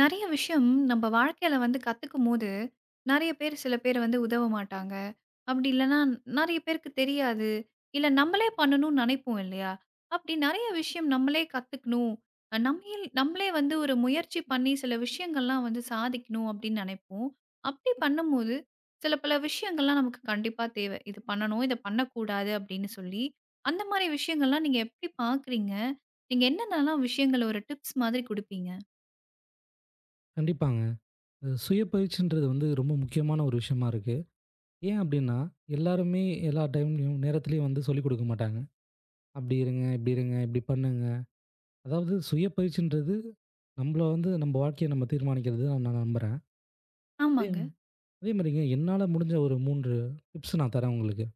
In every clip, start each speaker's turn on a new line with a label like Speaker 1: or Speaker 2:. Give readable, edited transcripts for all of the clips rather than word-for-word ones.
Speaker 1: நெறைய விஷயம் நம்ம வாழ்க்கையில வந்து கத்துக்கும்போது, நெறைய பேர் சில பேர் வந்து உதவ மாட்டாங்க. அப்படி இல்லன்னா நெறைய பேருக்கு தெரியாது. இல்ல நம்மளே பண்ணணும்னு நெனைப்போம் இல்லையா? அப்படி நெறைய விஷயம் நம்மளே கத்துக்கணும். அ நம்மயே நம்மளே வந்து ஒரு முயற்சி பண்ணி சில விஷயங்கள்லாம் வந்து சாதிக்கணும் அப்படின்னு நெனைப்போம். அப்படி பண்ணும்போது, சில பல விஷயங்கள்லாம் நமக்கு கண்டிப்பா தேவை. இது பண்ணணும், இத பண்ணக்கூடாது அப்படின்னு சொல்லி, அந்த மாரி விஷயங்கள்லாம் நீங்க எப்படி பார்க்குறீங்க? நீங்க என்னென்னலாம் விஷயங்கள ஒரு டிப்ஸ் மாதிரி குடுப்பீங்க?
Speaker 2: கண்டிப்பாங்க. அது சுய பயிற்சின்றது வந்து ரொம்ப முக்கியமான ஒரு விஷயமா இருக்கு. ஏன் அப்டின்னா, எல்லாருமே எல்லா டைம்லயும், நேரத்திலயும் வந்து சொல்லிக் குடுக்க மாட்டாங்க. "அப்டி இருங்க, இப்டி இருங்க, இப்டி பண்ணுங்க." அதாவது சுய பயிற்சின்றது நம்பள வந்து நம்ப வாழ்க்கைய நம்ம தீர்மானிக்கிறது தான் நான் நம்புறேன். அதே
Speaker 1: ஆமாங்க.
Speaker 2: அதே மாரிங்க என்னால முடிஞ்ச ஒரு 3 டிப்ஸ் நான் தரேன் உங்களுக்கு.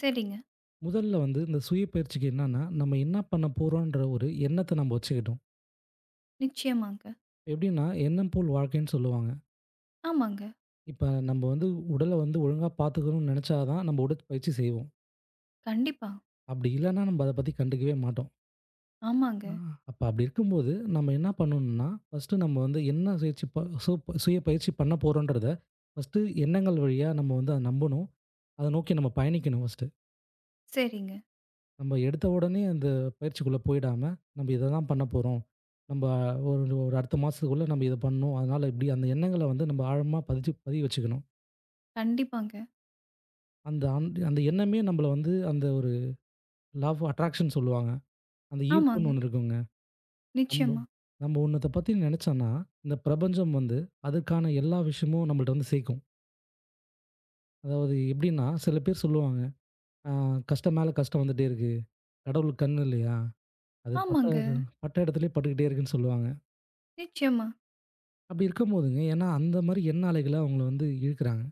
Speaker 1: சரிங்க.
Speaker 2: முதல்ல வந்து இந்த சுய பயிற்சிக்கு என்னன்னா, நம்ம என்ன பண்ண போறோன்ற ஒரு எண்ணத்த நம்ம வச்சுக்கட்டும்.
Speaker 1: நிச்சயமாங்க.
Speaker 2: எப்டின்னா, "எண்ணம் போல் வாழ்க்கைன்னு" சொல்லுவாங்க.
Speaker 1: ஆமாங்க.
Speaker 2: இப்ப நம்ப வந்து உடல வந்து ஒழுங்கா பாத்துக்கணும்னு நெனச்சா தான், நம்ம உடற்பயிற்சி செய்வோம்.
Speaker 1: கண்டிப்பா.
Speaker 2: அப்படி இல்லன்னா நம்ம அத பத்தி கண்டுக்கவே மாட்டோம். ஆ.
Speaker 1: ஆமாங்க.
Speaker 2: அப்ப அப்படி இருக்கும்போது, நம்ம என்ன பண்ணணும்னா, ஃபர்ஸ்ட்டு நம்ம வந்து என்ன சுயற்சி ப சு சுய பயிற்சி பண்ண போறோன்றத, ஃபர்ஸ்ட்டு எண்ணங்கள் வழியா நம்ம வந்து அத நம்பணும். அத நோக்கி நம்ம பயணிக்கணும் ஃபர்ஸ்ட்டு.
Speaker 1: சரிங்க.
Speaker 2: நம்ம எடுத்த உடனே அந்த பயிற்சிக்குள்ள போயிடாம, நம்ம இத தான் பண்ண போறோம். நம்ப ஒரு ஒரு அடுத்த மாசத்துக்குள்ள நம்ம இத பண்ணணும். அதனால இப்படி அந்த எண்ணங்கள வந்து நம்ம ஆழமா பதிச்சு பதிய வச்சுக்கணும்.
Speaker 1: கண்டிப்பாங்க.
Speaker 2: அந்த அந்த அந்த எண்ணமே நம்மள வந்து அந்த ஒரு லா ஆஃப் அட்ராக்ஷன் சொல்லுவாங்க. அந்த ஈர்ப்புன்னு
Speaker 1: ஆமாங்க.
Speaker 2: ஒண்ணு இருக்குங்க. நம்ம
Speaker 1: நிச்சயமா.
Speaker 2: நம்ம ஒன்னத்த பத்தி நினைச்சோம்னா, இந்த பிரபஞ்சம் வந்து அதுக்கான எல்லா விஷயமும் நம்மள்ட்ட வந்து சேர்க்கும். அதாவது எப்படின்னா, சில பேர் சொல்லுவாங்க, "அ கஷ்டம் மேல கஷ்டம் வந்துட்டே இருக்கு. கடவுளுக்கு கண்ணு இல்லையா? அது
Speaker 1: ஆமாங்க.
Speaker 2: பட்ட இடத்துலயே பட்டுக்கிட்டே இருக்குன்னு" சொல்லுவாங்க.
Speaker 1: நிச்சயமா.
Speaker 2: அப்படி இருக்கும்போதுங்க, ஏன்னா அந்த மாரி எண்ணாலைகள அவங்கள வந்து இழுக்குறாங்க.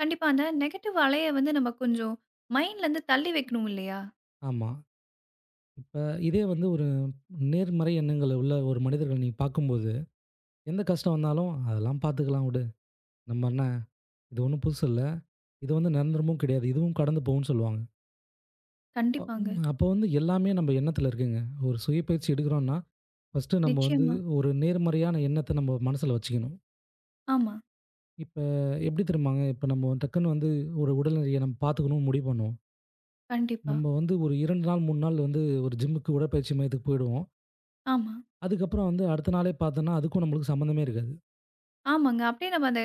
Speaker 1: கண்டிப்பா அந்த நெகட்டிவ் அலைய வந்து நம்ம கொஞ்சம் மைண்ட்லருந்து தள்ளி வைக்கணும் இல்லையா?
Speaker 2: ஆமா. இப்ப இதே வந்து ஒரு நேர்மறை எண்ணங்கள் உள்ள ஒரு மனிதர்கள நீங்க பார்க்கும்போது, எந்த கஷ்டம் வந்தாலும், "அதெல்லாம் பார்த்துக்கலாம் விடு. நம்ம என்ன இது ஒண்ணும் புதுசு இல்ல. இது வந்து நிரந்தரமும் கிடையாது. இதுவும் கடந்து போகும்ன்னு" சொல்லுவாங்க. அ
Speaker 1: கண்டிப்பாங்க.
Speaker 2: ம். அப்போ வந்து எல்லாமே நம்ம எண்ணத்துல இருக்குங்க. ஒரு சுய பயிற்சி எடுக்கிறோம்ன்னா, ஃபர்ஸ்ட்டு நம்ம வந்து
Speaker 1: நிச்சயமா.
Speaker 2: ஒரு நேர்மறையான எண்ணத்த நம்ம மனசுல வச்சுக்கணும்.
Speaker 1: ஆமா.
Speaker 2: இப்ப எப்படி தெரியுமாங்க? இப்ப நம்ம டக்குன்னு வந்து ஒரு உடல்நிலைய நம்ம பார்த்துக்கணும்னு முடிவு பண்ணுவோம்.
Speaker 1: கண்டிப்பா.
Speaker 2: நம்ம வந்து ஒரு 2 நாள், 3 நாள் வந்து ஒரு ஜிம்முக்கு உடற்பயிற்சி மையத்துக்கு போயிடுவோம்.
Speaker 1: ஆமா.
Speaker 2: அதுக்கப்புறம் வந்து அடுத்த நாளே பார்த்தோம்னா, அதுக்கும் நம்மளுக்கு சம்மந்தமே இருக்காது.
Speaker 1: ஆமாங்க. அப்படியே நம்ம அத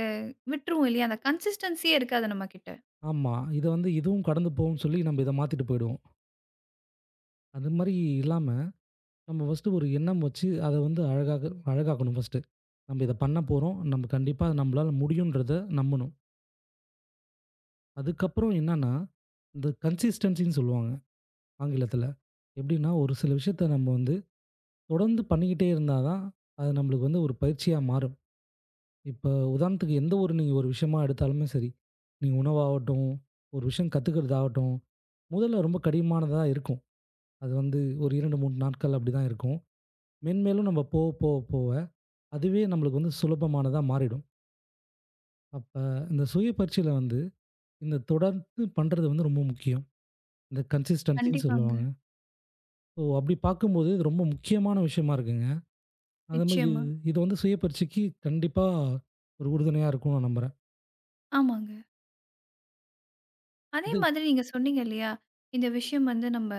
Speaker 1: விட்டுருவோம் இல்லையா? அந்த கன்சிஸ்டன்சியே இருக்காது நம்மகிட்ட.
Speaker 2: ஆமா. இத வந்து இதுவும் கடந்து போகும்ன்னு சொல்லி நம்ம இத மாத்திட்டு போயிடுவோம். அது மாரி இல்லாம நம்ம ஃபர்ஸ்ட்டு ஒரு எண்ணம் வச்சு அத வந்து அழகாக அழகாக்கணும் ஃபர்ஸ்ட்டு. நம்ம இத பண்ண போறோம். நம்ம கண்டிப்பா நம்மளால முடியுன்றத நம்பணும். அதுக்கப்புறம் என்னன்னா, இந்த கன்சிஸ்டன்சின்னு சொல்லுவாங்க ஆங்கிலத்தில. எப்படின்னா, ஒரு சில விஷயத்த நம்ம வந்து தொடர்ந்து பண்ணிக்கிட்டே இருந்தா தான், அது நம்மளுக்கு வந்து ஒரு பயிற்சியா மாறும். இப்ப உதாரணத்துக்கு எந்த ஒரு நீங்க ஒரு விஷயமா எடுத்தாலுமே சரி, நீங்க உணவாகட்டும், ஒரு விஷயம் கத்துக்கிறதாகட்டும், முதல்ல ரொம்ப கடினமானதா இருக்கும். அது வந்து ஒரு 2, 3 நாட்கள் அப்படிதான் இருக்கும். மென்மேலும் நம்ம போக, போக, போக அதுவே நம்மளுக்கு வந்து சுலபமானதா மாறிடும். அப்ப இந்த சுய பயிற்சியில வந்து, இந்த தொடர்ந்து பண்றது வந்து ரொம்ப முக்கியம். இந்த கன்சிஸ்டன்சின்னு
Speaker 1: கண்டிப்பாங்க.
Speaker 2: சொல்லுவாங்க. ஸோ அப்படி பார்க்கும்போது இது ரொம்ப முக்கியமான விஷயமா இருக்குங்க. அதே மாரி இது
Speaker 1: நிச்சயமா.
Speaker 2: இது வந்து சுய பயிற்சிக்கு கண்டிப்பா ஒரு உறுதுணையா இருக்கும்னு நான் நம்புறேன்.
Speaker 1: ஆமாங்க. அதே
Speaker 2: அது
Speaker 1: மாதிரி நீங்க சொன்னீங்க இல்லையா? இந்த விஷயம் வந்து நம்ம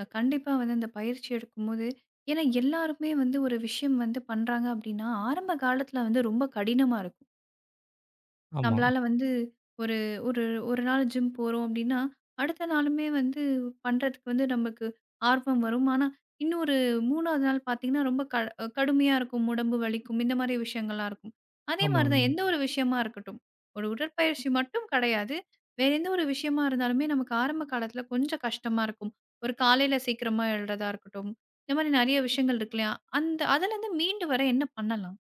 Speaker 1: கண்டிப்பா வந்து அந்த பயிற்சி எடுக்கும்போது, ஏன்னா எல்லாருமே வந்து ஒரு விஷயம் வந்து பண்றாங்க அப்படின்னா, ஆரம்ப காலத்துல வந்து ரொம்ப கடினமா இருக்கும்.
Speaker 2: ஆமா,
Speaker 1: நம்மளால வந்து ஒரு ஒரு ஒரு நாள் ஜிம் போறோம் அப்டின்னா, அடுத்த நாளுமே வந்து பண்றதுக்கு வந்து நமக்கு ஆர்வம் வரும். ஆனா, இன்னொரு 3வது நாள் பார்த்தீங்கன்னா, ரொம்ப கடுமையா இருக்கும். உடம்பு வலிக்கும். இந்த மாரி விஷயங்கள்லாம் இருக்கும். அதே மாரி
Speaker 2: ஆமாங்க.
Speaker 1: தான் எந்த ஒரு விஷயமா இருக்கட்டும். ஒரு உடற்பயிற்சி மட்டும் கிடையாது. வேற எந்த ஒரு விஷயமா இருந்தாலுமே நமக்கு ஆரம்ப காலத்துல கொஞ்சம் கஷ்டமா இருக்கும். ஒரு காலையில சீக்கிரமா எழுறதா இருக்கட்டும். இந்த மாரி நெறைய விஷயங்கள் இருக்கு இல்லையா? அந்த அதுலருந்து மீண்டு வர என்ன பண்ணலாம்?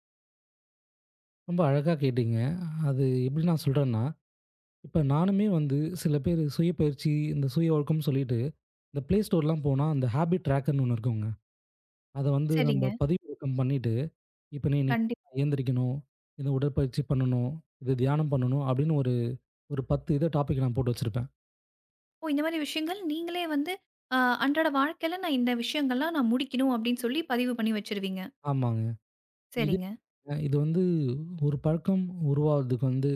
Speaker 2: ரொம்ப அழகா கேட்டீங்க. அது எப்படி நான் சொல்றேன்னா, இப்ப நானுமே வந்து சில பேர் சுய பயிற்சி, இந்த சுய ஒழுக்கம் சொல்லிட்டு, இந்த Play Storeலாம் போனா அந்த ஹாபிட் ட்ராக்கர்ன்னு ஒண்ணு இருக்குங்க. அத வந்து நம்ம
Speaker 1: சரிங்க.
Speaker 2: பதிவிறக்கம் பண்ணிட்டு, இப்ப நீ இன்னைக்கு
Speaker 1: கண்டிப்பா.
Speaker 2: எழுந்திரிக்கணும், இது உடற்பயிற்சி பண்ணணும், இது தியானம் பண்ணணும் அப்படின்னு ஒரு ஒரு 10 இத டாபிக் நான் போட்டு வச்சிருப்பேன்.
Speaker 1: ஓ! இந்த மாரி விஷயங்கள் நீங்களே வந்து அ அன்றாட வாழ்க்கையில நான் இந்த விஷயங்கள்லாம் நான் முடிக்கணும் அப்படின்னு சொல்லி பதிவு பண்ணி வச்சுருவீங்க.
Speaker 2: ஆமாங்க. இது
Speaker 1: சரிங்க.
Speaker 2: இது வந்து ஒரு பழக்கம் உருவாகுறதுக்கு வந்து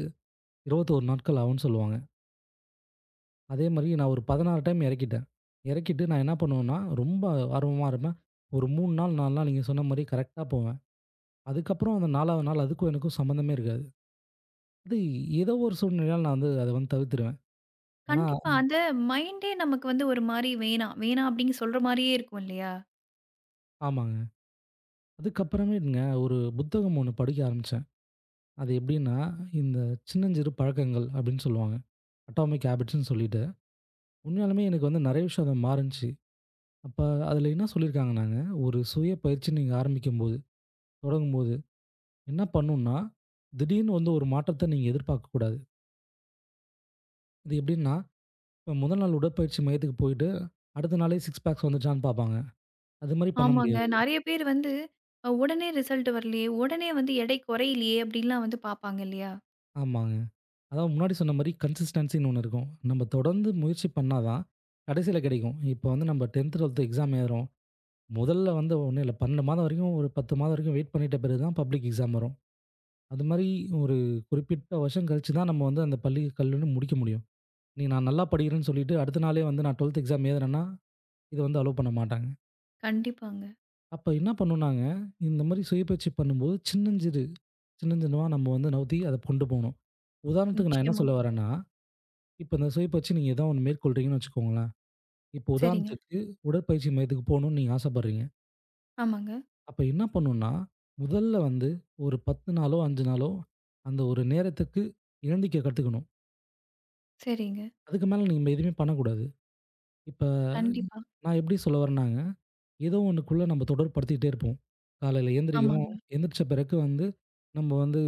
Speaker 2: 21 நாட்கள் ஆகும்ன்னு சொல்லுவாங்க. அதே மாரி நான் ஒரு 16 டைம் இறக்கிட்டேன். இறக்கிட்டு நான் என்ன பண்ணுவேன்னா, ரொம்ப ஆர்வமா இருப்பேன். ஒரு 3 நாள் 4 நாள் நீங்க சொன்ன மாரி கரெக்ட்டா போவேன். அதுக்கப்புறம் அந்த 4வது நாள் அதுக்கும் எனக்கும் சம்மந்தமே இருக்காது. அது ஏதோ ஒரு சூழ்நிலையால நான் வந்து அத வந்து தவிர்த்துருவேன். ஆனா
Speaker 1: கண்டிப்பா அந்த மைண்டே நமக்கு வந்து ஒரு மாரி வேணாம், வேணாம் அப்படின்னு சொல்ற மாரியே இருக்கும் இல்லையா?
Speaker 2: ஆமாங்க. அதுக்கப்புறமேட்டுங்க ஒரு புத்தகம் ஒண்ணு படிக்க ஆரம்பிச்சேன். அது எப்படின்னா, இந்த சின்னஞ்சிறு பழக்கங்கள் அப்படின்னு சொல்லுவாங்க. அட்டாமிக் ஹேபிட்ஸ்ன்னு சொல்லிட்டு. உண்மையாலுமே எனக்கு வந்து நெறைய விஷயம் அது மாறுனுச்சு. அப்ப அதுல என்ன சொல்லியிருக்காங்கன்னாங்க, ஒரு சுய பயிற்சி நீங்க ஆரம்பிக்கும்போது, தொடங்கும்போது என்ன பண்ணணும்னா, திடீர்னு வந்து ஒரு மாற்றத்த நீங்க எதிர்பார்க்கக்கூடாது. இது எப்படின்னா, இப்ப முதல் நாள் உடற்பயிற்சி மையத்துக்கு போயிட்டு, அடுத்த நாளே சிக்ஸ் பேக்ஸ் வந்துச்சான்னு பார்ப்பாங்க. அது மாரி பண்ண
Speaker 1: ஆமாங்க.
Speaker 2: முடியாது.
Speaker 1: நெறைய பேர் வந்து உடனே ரிசல்ட் வரலையே, உடனே வந்து எடை குறையலையே அப்படின்லாம் வந்து பார்ப்பாங்க இல்லையா?
Speaker 2: ஆமாங்க. அதாவது முன்னாடி சொன்ன மாரி கன்சிஸ்டன்சின்னு ஒண்ணு இருக்கும். நம்ம தொடர்ந்து முயற்சி பண்ணா தான், கடைசியில கிடைக்கும். இப்போ வந்து நம்ம 10த், 12த் எக்ஸாம் எழுதுறோம். முதல்ல வந்து ஒண்ணும் இல்ல. 12 மாதம் வரைக்கும், ஒரு 10 மாதம் வரைக்கும் வெயிட் பண்ணிட்ட பிறகு தான் பப்ளிக் எக்ஸாம் வரும். அது மாரி ஒரு குறிப்பிட்ட வருஷம் கழிச்சு தான் நம்ம வந்து அந்த பள்ளி கல்லூரி முடிக்க முடியும். நீ நான் நல்லா படிக்கிறேன்னு சொல்லிட்டு, அடுத்த நாளே வந்து நான் 12த் எக்ஸாம் எழுதுனேன்னா, இத வந்து அலோவ் பண்ண மாட்டாங்க.
Speaker 1: கண்டிப்பாங்க.
Speaker 2: அப்ப என்ன பண்ணுனாங்க, இந்த மாரி சுய பயிற்சி பண்ணும்போது சின்னஞ்சிறு சின்னஞ்சின்னவா நம்ம வந்து நவுத்தி அத கொண்டு போணும். உதாரணத்துக்கு நான் என்ன
Speaker 1: நிச்சயமா.
Speaker 2: சொல்ல வரேன்னா இப்ப இந்த சுயப்ப வச்சு நீங்க ஏதாவது ஒண்ணு மேற்கொள்றீங்கன்னு வச்சுக்கோங்களேன். இப்போ
Speaker 1: சரிங்க.
Speaker 2: உதாரணத்துக்கு உடற்பயிற்சி மையத்துக்கு போணும்னு நீங்க ஆசைப்படுறீங்க.
Speaker 1: ஆமாங்க.
Speaker 2: அப்ப என்ன பண்ணணும்னா, முதல்ல வந்து ஒரு 10 நாளோ, 5 நாளோ அந்த ஒரு நேரத்துக்கு இணந்திக்க கத்துக்கணும்.
Speaker 1: சரிங்க.
Speaker 2: அதுக்கு மேல நம்ம எதுவுமே பண்ணக்கூடாது. இப்ப
Speaker 1: கண்டிப்பா.
Speaker 2: நான் எப்படி சொல்ல வரேன்னாங்க, ஏதோ ஒண்ணுக்குள்ள நம்ம தொடர்படுத்திக்கிட்டே இருப்போம். காலையில எந்திரிக்கிறோம்.
Speaker 1: ஆமாங்க,
Speaker 2: எந்திரிச்ச பிறகு வந்து நம்ம வந்து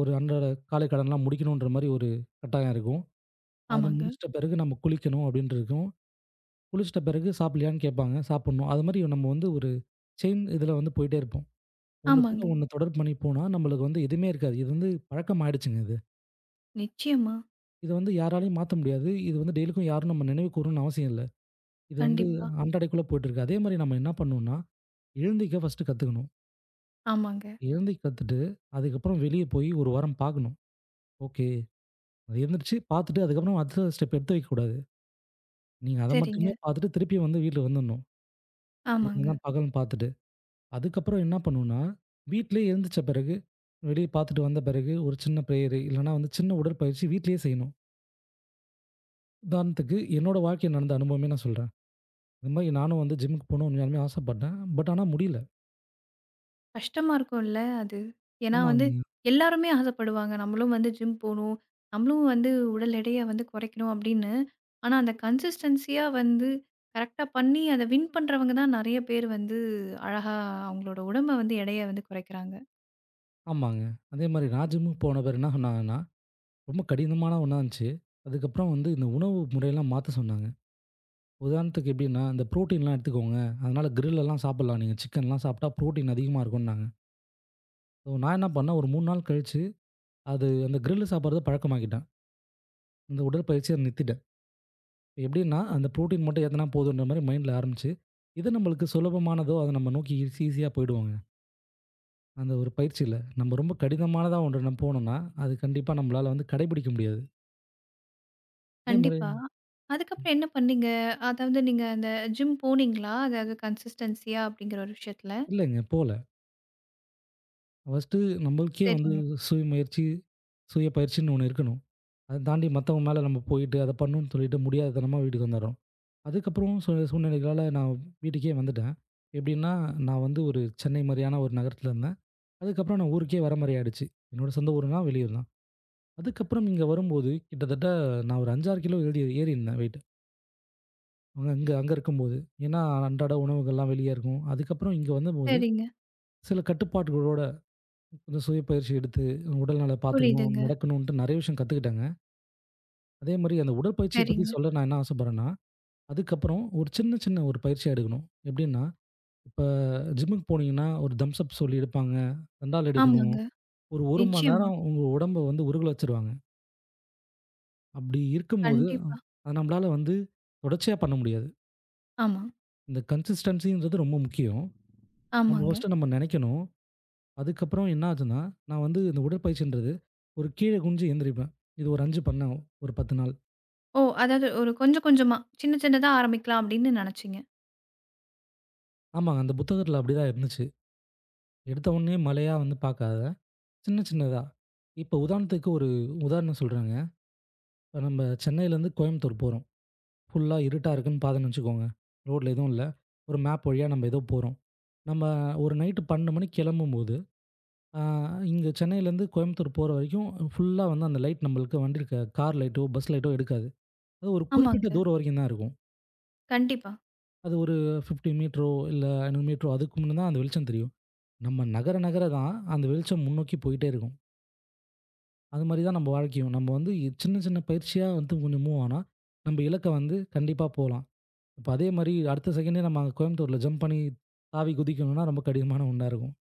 Speaker 2: ஒரு அன்றாட காலை கடன்லாம் முடிக்கணுன்ற மாரி ஒரு கட்டாயம் இருக்கும். அது
Speaker 1: ஆமாங்க,
Speaker 2: முடிச்சிட்ட பிறகு நம்ம குளிக்கணும் அப்டின்ட்டு இருக்கும். குளிச்சிட்ட பிறகு சாப்பிடலையான்னு கேட்பாங்க. சாப்பிடணும். அது மாரி நம்ம வந்து ஒரு செயின் இதுல வந்து போயிட்டே இருப்போம். ஒண்ணு கூட
Speaker 1: ஆமாங்க.
Speaker 2: ஒண்ணு தொடர் பண்ணி போனா நம்மளுக்கு வந்து எதுவுமே இருக்காது. இது வந்து பழக்கம் ஆயிடுச்சுங்க இது.
Speaker 1: நிச்சயமா.
Speaker 2: இது வந்து யாராலயும் மாத்த முடியாது. இது வந்து டெய்லிக்கும் யாரும் நம்ம நினைவு கூறணும்னு அவசியம் இல்ல. இது வந்து
Speaker 1: கண்டிப்பா.
Speaker 2: அன்றாடைக்குள்ள போயிட்டுருக்கு. அதே மாரி நம்ம என்ன பண்ணணும்னா, எழுந்திரிக்க ஃபர்ஸ்ட்டு கத்துக்கணும்.
Speaker 1: ஆமாங்க.
Speaker 2: எழுந்திக்க கத்துட்டு, அதுக்கப்புறம் வெளிய போய் ஒரு வாரம் பார்க்கணும். ஓகே. அது எழுந்திரிச்சு பார்த்துட்டு அதுக்கப்புறம் அடுத்த ஸ்டெப் எடுத்து வைக்கக்கூடாது. நீங்க அத மட்டுமே
Speaker 1: சரிங்க.
Speaker 2: பார்த்துட்டு திருப்பி வந்து வீட்ல வந்துடணும்.
Speaker 1: ஆமாங்க.
Speaker 2: இதுதான் பகல்னு பார்த்துட்டு. அதுக்கப்புறம் என்ன பண்ணுவேன்னா, வீட்லயே எழுந்திரிச்ச பிறகு, வெளிய பார்த்துட்டு வந்த பிறகு ஒரு சின்ன பிரேயரு இல்லன்னா வந்து சின்ன உடற்பயிற்சி வீட்லயே செய்யணும். உதாரணத்துக்கு என்னோட வாழ்க்கையில நடந்த அனுபவமே நான் சொல்றேன். இந்த மாரி நானும் வந்து ஜிம்முக்கு போகணும்னு உண்மையாலுமே ஆசைப்பட்டேன். பட் ஆனா முடியல.
Speaker 1: கஷ்டமா இருக்கும்ல அது. ஏன்னா வந்து
Speaker 2: ஆமாங்க,
Speaker 1: எல்லாருமே ஆசைப்படுவாங்க. நம்மளும் வந்து ஜிம் போணும். நம்மளும் வந்து உடல் எடைய வந்து குறைக்கணும் அப்படின்னு. ஆனா அந்த கன்சிஸ்டன்சியா வந்து கரெக்ட்டா பண்ணி அத வின் பண்றவங்க தான் நெறைய பேர் வந்து அழகா அவங்களோட உடம்ப வந்து எடைய வந்து குறைக்கிறாங்க.
Speaker 2: ஆமாங்க. அதே மாரி நான் ஜிம்முக்கு போன பிறகு என்ன சொன்னாங்கன்னா, ரொம்ப கடினமான ஒண்ணா இருந்துச்சு. அதுக்கப்புறம் வந்து இந்த உணவு முறையெல்லாம் மாத்த சொன்னாங்க. உதாரணத்துக்கு எப்படின்னா, இந்த புரோட்டீன்லாம் எடுத்துக்கோங்க. அதனால கிரில் எல்லாம் சாப்பிடலாம் நீங்க. சிக்கன்லாம் சாப்பிட்டா புரோட்டீன் அதிகமா இருக்கும்னாங்க. ஸோ நான் என்ன பண்ணேன், ஒரு 3 நாள் கழிச்சு அது அந்த கிரில் சாப்பிடுறத பழக்கமாக்கிட்டேன். இந்த உடற்பயிற்சிய நிறுத்திட்டேன். எப்படின்னா, அந்த புரோட்டீன் மட்டும் ஏத்துனா போதுன்ற மாரி மைண்ட்ல ஆரம்பிச்சு, எது நம்மளுக்கு சுலபமானதோ, அத நம்ம நோக்கி ஈஸி ஈஸியா போயிடுவோங்க. அந்த ஒரு பயிற்சியில. நம்ம ரொம்ப கடினமானதா ஒன்று நம்ம போனோம்னா, அது கண்டிப்பா நம்மளால வந்து கடைபிடிக்க முடியாது. அதே மாரி
Speaker 1: கண்டிப்பா. அதுக்கப்புறம் என்ன பண்ணீங்க? அதாவது நீங்க அந்த ஜிம் போனீங்களா? அதாவது கன்சிஸ்டன்சியா அப்படிங்கிற ஒரு விஷயத்துல?
Speaker 2: இல்லங்க போல. ஃபர்ஸ்ட்டு நம்மளுக்கே வந்து
Speaker 1: சரிங்க,
Speaker 2: சுய முயற்சி, சுய பயிற்சின்னு ஒண்ணு இருக்கணும். அத தாண்டி மத்தவங்க மேல நம்ம போயிட்டு, அத பண்ணணும்னு சொல்லிட்டு முடியாதனமா வீட்டுக்கு வந்துர்றோம். அதுக்கப்புறம் சூழ்நிலைகளால நான் வீட்டுக்கே வந்துட்டேன். எப்படின்னா, நான் வந்து ஒரு சென்னை மாரியான ஒரு நகரத்துல இருந்தேன். அதுக்கப்புறம் நான் ஊருக்கே வர மாரி ஆயிடுச்சு. என்னோட சொந்த ஊர்னா வெளியூர் தான். அதுக்கப்புறம் இங்க வரும்போது கிட்டத்தட்ட நான் ஒரு 5, 6 கிலோ எழுதி ஏறி ஏறியிருந்தேன் வெயிட்டு. அங்க அங்க அங்க இருக்கும்போது. ஏன்னா, அன்றாட உணவுகள்லாம் வெளிய இருக்கும். அதுக்கப்புறம் இங்க வந்தபோது
Speaker 1: சரிங்க.
Speaker 2: சில கட்டுப்பாடுகளோட கொஞ்சம் சுயப்பயிற்சி எடுத்து உடல் நல பார்த்துக்கணும்,
Speaker 1: புரியுதுங்க.
Speaker 2: நடக்கணுன்ட்டு நெறைய விஷயம் கத்துக்கிட்டேங்க. அதே மாரி அந்த உடற்பயிற்சிய பத்தி
Speaker 1: சரிங்க.
Speaker 2: சொல்ல நான் என்ன ஆசைப்படுறேன்னா, அதுக்கப்புறம் ஒரு சின்ன சின்ன ஒரு பயிற்சியா எடுக்கணும். எப்படின்னா இப்ப ஜிம்முக்கு போனீங்கன்னா, ஒரு தம்ஸ் அப் சொல்லி எடுப்பாங்க. 2 ஆள் எடுக்கணும்.
Speaker 1: ஆமாங்க.
Speaker 2: ஒரு 1 மணி
Speaker 1: நிச்சயமா.
Speaker 2: நேரம் உங்க உடம்ப வந்து உருகுல வச்சுருவாங்க. அப்படி இருக்கும்போது,
Speaker 1: கண்டிப்பா.
Speaker 2: அது நம்மளால வந்து தொடர்ச்சியா பண்ண முடியாது.
Speaker 1: ஆமா,
Speaker 2: இந்த கன்சிஸ்டன்ஸின்றது ரொம்ப முக்கியம். நம்ம
Speaker 1: ஆமாங்க.
Speaker 2: ஃபர்ஸ்ட்டு நம்ம நெனைக்கணும். அதுக்கப்புறம் என்ன ஆச்சுன்னா, நான் வந்து இந்த உடற்பயிற்சின்றது ஒரு கீழ குனிஞ்சு எந்திரிப்பேன். இது ஒரு 5 பண்ணேன், ஒரு 10 நாள்.
Speaker 1: ஓ! அதாவது ஒரு கொஞ்சம் கொஞ்சமா, சின்ன சின்னதா ஆரம்பிக்கலாம் அப்படின்னு நினைச்சீங்க.
Speaker 2: ஆமாங்க, அந்த புத்தகத்தில அப்படிதான் இருந்துச்சு. எடுத்த உடனே மலையா வந்து பார்க்காத, சின்ன சின்னதா. இப்ப உதாரணத்துக்கு ஒரு உதாரணம் சொல்றேங்க. இப்ப நம்ம சென்னையிலேருந்து கோயம்புத்தூர் போறோம். ஃபுல்லா இருட்டா இருக்குன்னு பார்த்தோன்னு வச்சுக்கோங்க. ரோட்ல எதுவும் இல்ல. ஒரு மேப் வழியா நம்ம ஏதோ போறோம். நம்ம ஒரு நைட்டு 12 மணிக்கு கிளம்பும்போது, ஆ இங்க சென்னையிலேருந்து கோயம்புத்தூர் போற வரைக்கும் ஃபுல்லா வந்து அந்த லைட் நம்மளுக்கு வண்டியில கார் லைட்டோ, பஸ் லைட்டோ எடுக்காது. அது ஒரு குறிப்பிட்ட
Speaker 1: ஆமாங்க.
Speaker 2: தூரம் வரைக்கும் தான் இருக்கும்.
Speaker 1: கண்டிப்பா,
Speaker 2: அது ஒரு 50 மீட்டரோ இல்ல 500 மீட்டரோ அதுக்கு முன்ன தான் அந்த வெளிச்சம் தெரியும். நம்ம நகர நகர தான் அந்த வெளிச்சம் முன்னோக்கி போயிட்டே இருக்கும். அது மாரி தான் நம்ம வாழ்க்கையும். நம்ம வந்து சின்ன சின்ன பயிற்சியா வந்து கொஞ்சம் மூவ் ஆனா, நம்ம இலக்க வந்து கண்டிப்பா போலாம். இப்ப அதே மாரி அடுத்த செகண்டே நம்ம அங்க கோயம்புத்தூர்ல ஜம்ப் பண்ணி தாவி குதிக்கணும்னா ரொம்ப கடினமான ஒண்ணா இருக்கும்.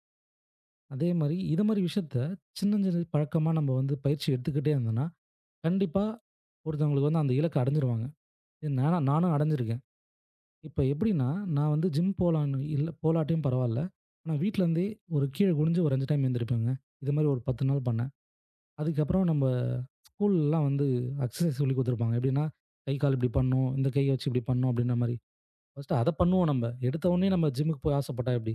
Speaker 2: அதே மாரி இது மாரி விஷயத்த சின்னஞ் சிறு பழக்கமா நம்ம வந்து பயிற்சி எடுத்துக்கிட்டே இருந்தோம்னா, கண்டிப்பா ஒருத்தவங்களுக்கு வந்து அந்த இலக்க அடைஞ்சிருவாங்க. இது நானும் அடைஞ்சிருக்கேன். இப்ப எப்படின்னா, நான் வந்து ஜிம் போலான்னு இல்ல போலாட்டியும் பரவால்ல. ஆனா வீட்லருந்தே ஒரு கீழ குனிஞ்சு ஒரு 5 டைம் எந்திரிப்பேங்க. இது மாரி ஒரு 10 நாள் பண்ணேன். அதுக்கப்புறம் நம்ம ஸ்கூல்லலாம் வந்து எக்சர்சைஸ் சொல்லிக் குடுத்துருப்பாங்க. எப்படின்னா, கை, கால் இப்படி பண்ணணும், இந்த கைய வச்சு இப்படி பண்ணணும் அப்படின்ற மாரி. ஃபர்ஸ்ட்டு அத பண்ணுவோம் நம்ம. எடுத்த உடனே நம்ம ஜிம்முக்கு போய் ஆசைப்பட்டா எப்படி?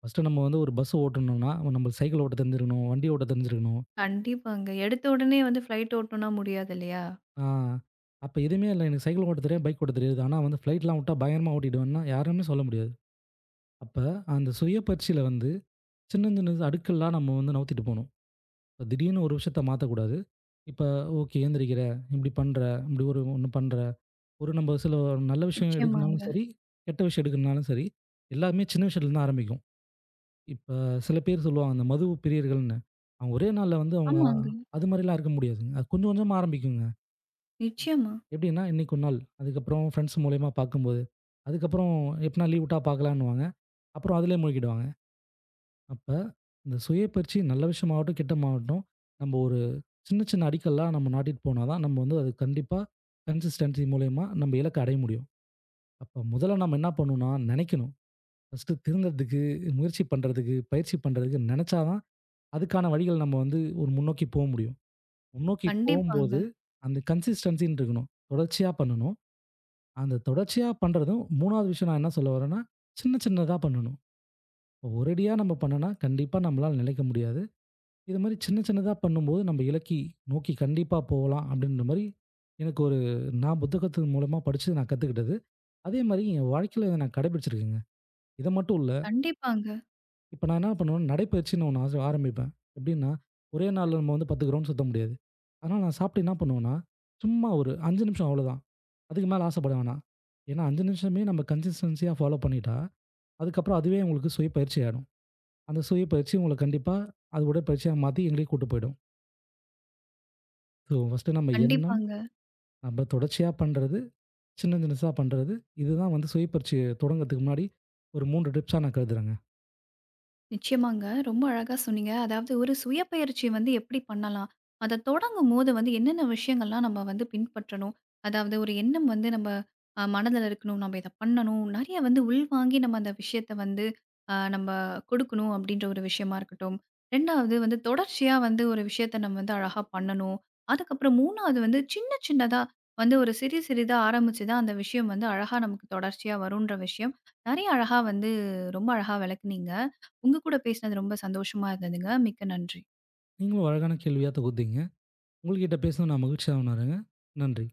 Speaker 2: ஃபர்ஸ்ட்டு நம்ம வந்து ஒரு பஸ் ஓட்டணும்னா, நம்மளுக்கு சைக்கிள் ஓட்ட தெரிஞ்சிருக்கணும், வண்டி ஓட்ட தெரிஞ்சிருக்கணும்.
Speaker 1: கண்டிப்பாங்க. எடுத்த உடனே வந்து ஃப்ளைட் ஓட்டணும்னா முடியாது இல்லையா?
Speaker 2: ஆ அப்ப எதுவுமே இல்ல. எனக்கு சைக்கிள் ஓட்ட தெரியாது, பைக் ஓட்ட தெரியாது. ஆனா வந்து ஃப்ளைட்லாம் விட்டா பயங்கரமா ஓட்டிடுவேன்னா, யாருமே சொல்ல முடியாது. அப்ப அந்த சுய பயிற்சியில வந்து சின்ன சின்ன அடுக்கெல்லாம் நம்ம வந்து நவுத்திட்டு போணும். இப்ப திடீர்னு ஒரு விஷயத்த மாத்தக்கூடாது. இப்ப ஓகே எந்திரிக்கிற, இப்படி பண்ற, இப்படி ஒரு ஒண்ணு பண்ற, ஒரு நம்ம சில நல்ல விஷயம் எடுக்கணும்னாலும்
Speaker 1: நிச்சயமாங்க.
Speaker 2: சரி, கெட்ட விஷயம் எடுக்கணும்னாலும் சரி, எல்லாமே சின்ன விஷயத்துலருந்து ஆரம்பிக்கும். இப்ப சில பேர் சொல்லுவாங்க, அந்த மது பிரியர்கள்ன்னு. அவங்க ஒரே நாள்ல வந்து அவங்க
Speaker 1: ஆமாங்க.
Speaker 2: அது மாரிலாம் இருக்க முடியாதுங்க. அது கொஞ்சம் கொஞ்சமா ஆரம்பிக்குங்க.
Speaker 1: நிச்சயமா.
Speaker 2: எப்படின்னா, இன்னைக்கு ஒரு நாள், அதுக்கப்புறம் ஃப்ரெண்ட்ஸ் மூலியமா பார்க்கும்போது, அதுக்கப்புறம் எப்பனா லீவ் விட்டா பார்க்கலான்னுவாங்க. அப்புறம் அதிலயே மூழ்கிடுவாங்க. அப்ப இந்த சுய பயிற்சி நல்ல விஷயமாகட்டும், கெட்டமாகட்டும், நம்ம ஒரு சின்ன சின்ன அடிக்கல்லாம் நம்ம நாட்டிட்டு போனா தான் நம்ம வந்து அது கண்டிப்பா கன்சிஸ்டன்சி மூலியமா நம்ம இலக்க அடைய முடியும். அப்ப முதல்ல நம்ம என்ன பண்ணணும்னா, நினைக்கணும். ஃபர்ஸ்ட்டு திருந்தறதுக்கு, முயற்சி பண்றதுக்கு, பயிற்சி பண்றதுக்கு நெனைச்சா தான் அதுக்கான வழிகள் நம்ம வந்து ஒரு முன்னோக்கி போ முடியும். முன்னோக்கி
Speaker 1: கண்டிப்பாங்க,
Speaker 2: போம்போது, அந்த கன்சிஸ்டன்ஸின்னு இருக்கணும். தொடர்ச்சியா பண்ணணும். அந்த தொடர்ச்சியா பண்றதும் 3வது விஷயம் நான் என்ன சொல்ல வரேன்னா, சின்ன சின்னதா பண்ணணும். ஒரேடியா நம்ம பண்ணுனா, கண்டிப்பா நம்மளால நிலைக்க முடியாது. இது மாரி சின்ன சின்னதா பண்ணும்போது, நம்ம இலக்கி நோக்கி கண்டிப்பா போகலாம் அப்படின்ற மாரி, எனக்கு நான் புத்தகத்து மூலமா படிச்சு நான் கத்துக்கிட்டது. அதே மாரி என் வாழ்க்கையில இத நான் கடைபிடிச்சிருக்கேங்க. இத மட்டும் இல்ல,
Speaker 1: கண்டிப்பாங்க,
Speaker 2: இப்ப நான் என்ன பண்ணுவேன்னா, நடைப்பயிற்சின்னு ஒண்ணு ஆரம்பிப்பேன். எப்படின்னா, ஒரே நாள்ல நம்ம வந்து 10 கிரவுண்ட் சுத்த முடியாது. அதனால நான் சாப்பிட்டு என்ன பண்ணுவேன்னா, சும்மா ஒரு 5 நிமிஷம் அவ்வளோதான். அதுக்கு மேல ஆசைப்பட வேணாம். ஏன்னா 5 நிமிஷமே நம்ம கன்சிஸ்டன்ஸியா ஃபாலோ பண்ணிட்டா, அதுக்கப்புறம் அதுவே உங்களுக்கு சுய பயிற்சி ஆயிடும். அந்த சுய பயிற்சி உங்கள கண்டிப்பா அது உடற்பயிற்சியா மாத்தி எங்கேயோ கூட்டு போயிடும். ஸோ ஃபர்ஸ்ட்டு நம்ம எண்ணம்,
Speaker 1: கண்டிப்பாங்க.
Speaker 2: நம்ம தொடர்ச்சியா பண்றது, சின்ன சின்னசா பண்றது, இதுதான் வந்து சுய பயிற்சி தொடங்கறதுக்கு முன்னாடி ஒரு 3 டிப்ஸா நான் கருதுறேங்க.
Speaker 1: நிச்சயமாங்க. ரொம்ப அழகா சொன்னீங்க. அதாவது ஒரு சுய பயிற்சி வந்து எப்படி பண்ணலாம்? அத தொடங்கும்போது வந்து என்னென்ன விஷயங்கள்லாம் நம்ம வந்து பின்பற்றணும்? அதாவது ஒரு எண்ணம் வந்து நம்ம மனதில இருக்கணும். நம்ம இத பண்ணணும். நெறைய வந்து உள்வாங்கி நம்ம அந்த விஷயத்த வந்து நம்ம கொடுக்கணும் அப்படின்ற ஒரு விஷயமா இருக்கட்டும். 2வது வந்து தொடர்ச்சியா வந்து ஒரு விஷயத்த நம்ம வந்து அழகா பண்ணணும். அதுக்கப்புறம் 3வது வந்து சின்ன சின்னதா வந்து ஒரு சிறு சிறிதா ஆரம்பிச்சு தான் அந்த விஷயம் வந்து அழகா நமக்கு தொடர்ச்சியா வருன்ற விஷயம், நெறைய அழகா வந்து ரொம்ப அழகா விளக்குனீங்க. உங்க கூட பேசினது ரொம்ப சந்தோஷமா இருந்ததுங்க. மிக்க நன்றி.
Speaker 2: நீங்களும் அழகான கேள்வியா தொகுத்தீங்க. உங்கள்கிட்ட பேசுனது நான் மகிழ்ச்சியா உணர்றேங்க. நன்றி.